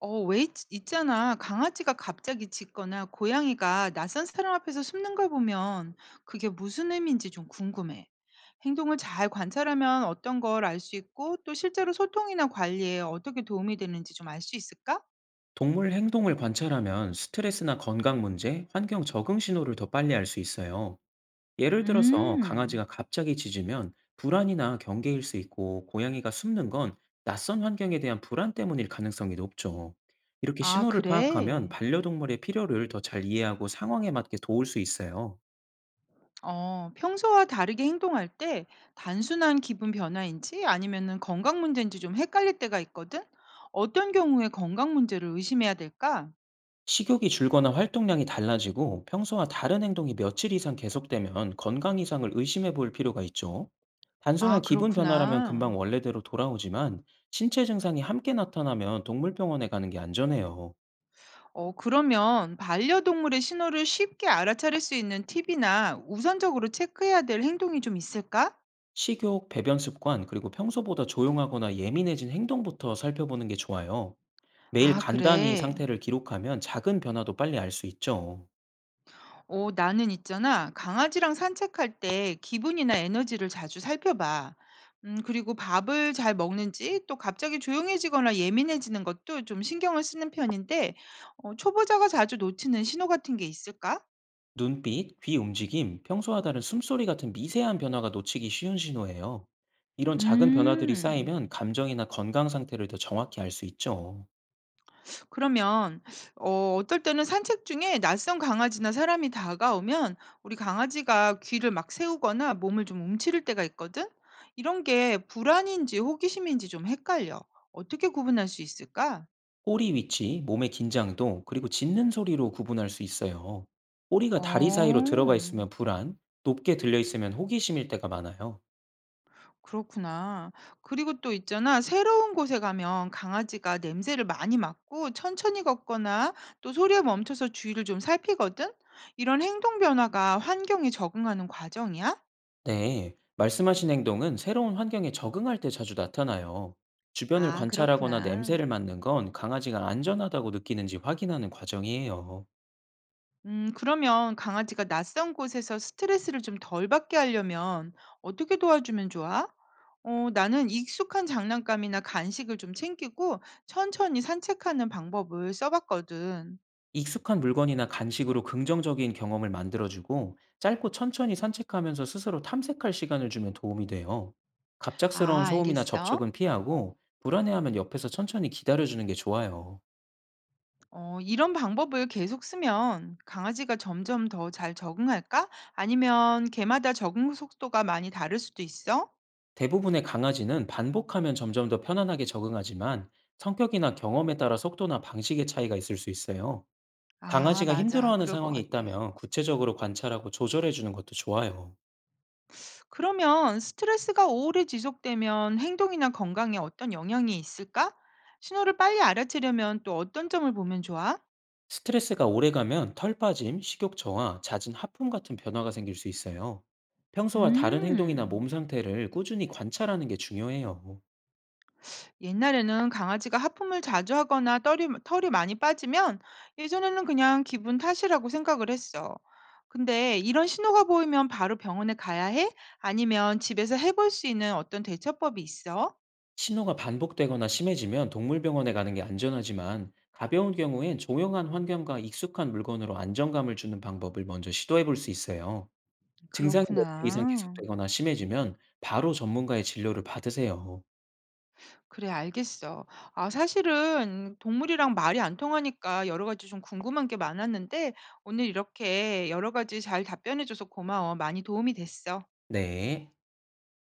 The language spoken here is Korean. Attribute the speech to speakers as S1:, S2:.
S1: 있잖아. 강아지가 갑자기 짖거나 고양이가 낯선 사람 앞에서 숨는 걸 보면 그게 무슨 의미인지 좀 궁금해. 행동을 잘 관찰하면 어떤 걸 알 수 있고 또 실제로 소통이나 관리에 어떻게 도움이 되는지 좀 알 수 있을까?
S2: 동물 행동을 관찰하면 스트레스나 건강 문제, 환경 적응 신호를 더 빨리 알 수 있어요. 예를 들어서
S1: 음,
S2: 강아지가 갑자기 짖으면 불안이나 경계일 수 있고 고양이가 숨는 건 낯선 환경에 대한 불안 때문일 가능성이 높죠. 이렇게
S1: 아,
S2: 신호를 파악하면
S1: 그래.
S2: 반려동물의 필요를 더 잘 이해하고 상황에 맞게 도울 수 있어요.
S1: 평소와 다르게 행동할 때 단순한 기분 변화인지 아니면은 건강 문제인지 좀 헷갈릴 때가 있거든? 어떤 경우에 건강 문제를 의심해야 될까?
S2: 식욕이 줄거나 활동량이 달라지고 평소와 다른 행동이 며칠 이상 계속되면 건강 이상을 의심해 볼 필요가 있죠. 단순한
S1: 아,
S2: 기분 변화라면
S1: 그렇구나.
S2: 금방 원래대로 돌아오지만 신체 증상이 함께 나타나면 동물병원에 가는 게 안전해요.
S1: 그러면 반려동물의 신호를 쉽게 알아차릴 수 있는 팁이나 우선적으로 체크해야 될 행동이 좀 있을까?
S2: 식욕, 배변 습관, 그리고 평소보다 조용하거나 예민해진 행동부터 살펴보는 게 좋아요. 매일
S1: 아,
S2: 간단히
S1: 그래.
S2: 상태를 기록하면 작은 변화도 빨리 알 수 있죠.
S1: 나는 있잖아. 강아지랑 산책할 때 기분이나 에너지를 자주 살펴봐. 그리고 밥을 잘 먹는지 또 갑자기 조용해지거나 예민해지는 것도 좀 신경을 쓰는 편인데, 초보자가 자주 놓치는 신호 같은 게 있을까?
S2: 눈빛, 귀 움직임, 평소와 다른 숨소리 같은 미세한 변화가 놓치기 쉬운 신호예요. 이런 작은 변화들이
S1: 음.
S2: 쌓이면 감정이나 건강 상태를 더 정확히 알 수 있죠.
S1: 그러면 어떨 때는 산책 중에 낯선 강아지나 사람이 다가오면 우리 강아지가 귀를 막 세우거나 몸을 좀 움츠릴 때가 있거든? 이런 게 불안인지 호기심인지 좀 헷갈려. 어떻게 구분할 수 있을까?
S2: 꼬리 위치, 몸의 긴장도, 그리고 짖는 소리로 구분할 수 있어요. 꼬리가 다리 사이로 들어가 있으면
S1: 어,
S2: 불안, 높게 들려 있으면 호기심일 때가 많아요.
S1: 그렇구나. 그리고 또 있잖아. 새로운 곳에 가면 강아지가 냄새를 많이 맡고 천천히 걷거나 또 소리에 멈춰서 주위를 좀 살피거든? 이런 행동 변화가 환경에 적응하는 과정이야?
S2: 네, 말씀하신 행동은 새로운 환경에 적응할 때 자주 나타나요. 주변을
S1: 아,
S2: 관찰하거나
S1: 그렇구나.
S2: 냄새를 맡는 건 강아지가 안전하다고 느끼는지 확인하는 과정이에요.
S1: 그러면 강아지가 낯선 곳에서 스트레스를 좀 덜 받게 하려면 어떻게 도와주면 좋아? 나는 익숙한 장난감이나 간식을 좀 챙기고 천천히 산책하는 방법을 써봤거든.
S2: 익숙한 물건이나 간식으로 긍정적인 경험을 만들어주고 짧고 천천히 산책하면서 스스로 탐색할 시간을 주면 도움이 돼요. 갑작스러운
S1: 아,
S2: 소음이나
S1: 알겠어.
S2: 접촉은 피하고 불안해하면 옆에서 천천히 기다려주는 게 좋아요.
S1: 이런 방법을 계속 쓰면 강아지가 점점 더 잘 적응할까? 아니면 개마다 적응 속도가 많이 다를 수도 있어?
S2: 대부분의 강아지는 반복하면 점점 더 편안하게 적응하지만 성격이나 경험에 따라 속도나 방식의 차이가 있을 수 있어요.
S1: 아,
S2: 강아지가
S1: 맞아.
S2: 힘들어하는
S1: 그럴 것
S2: 상황이
S1: 같아.
S2: 있다면 구체적으로 관찰하고 조절해주는 것도 좋아요.
S1: 그러면 스트레스가 오래 지속되면 행동이나 건강에 어떤 영향이 있을까? 신호를 빨리 알아채려면 또 어떤 점을 보면 좋아?
S2: 스트레스가 오래가면 털 빠짐, 식욕 저하, 잦은 하품 같은 변화가 생길 수 있어요. 평소와 다른 행동이나
S1: 음,
S2: 몸 상태를 꾸준히 관찰하는 게 중요해요.
S1: 옛날에는 강아지가 하품을 자주 하거나 털이 많이 빠지면 예전에는 그냥 기분 탓이라고 생각을 했어. 근데 이런 신호가 보이면 바로 병원에 가야 해? 아니면 집에서 해볼 수 있는 어떤 대처법이 있어?
S2: 신호가 반복되거나 심해지면 동물병원에 가는 게 안전하지만 가벼운 경우엔 조용한 환경과 익숙한 물건으로 안정감을 주는 방법을 먼저 시도해 볼 수 있어요. 증상이 몇 주 이상
S1: 그렇구나.
S2: 계속되거나 심해지면 바로 전문가의 진료를 받으세요.
S1: 그래 알겠어. 아 사실은 동물이랑 말이 안 통하니까 여러 가지 좀 궁금한 게 많았는데 오늘 이렇게 여러 가지 잘 답변해 줘서 고마워. 많이 도움이 됐어.
S2: 네.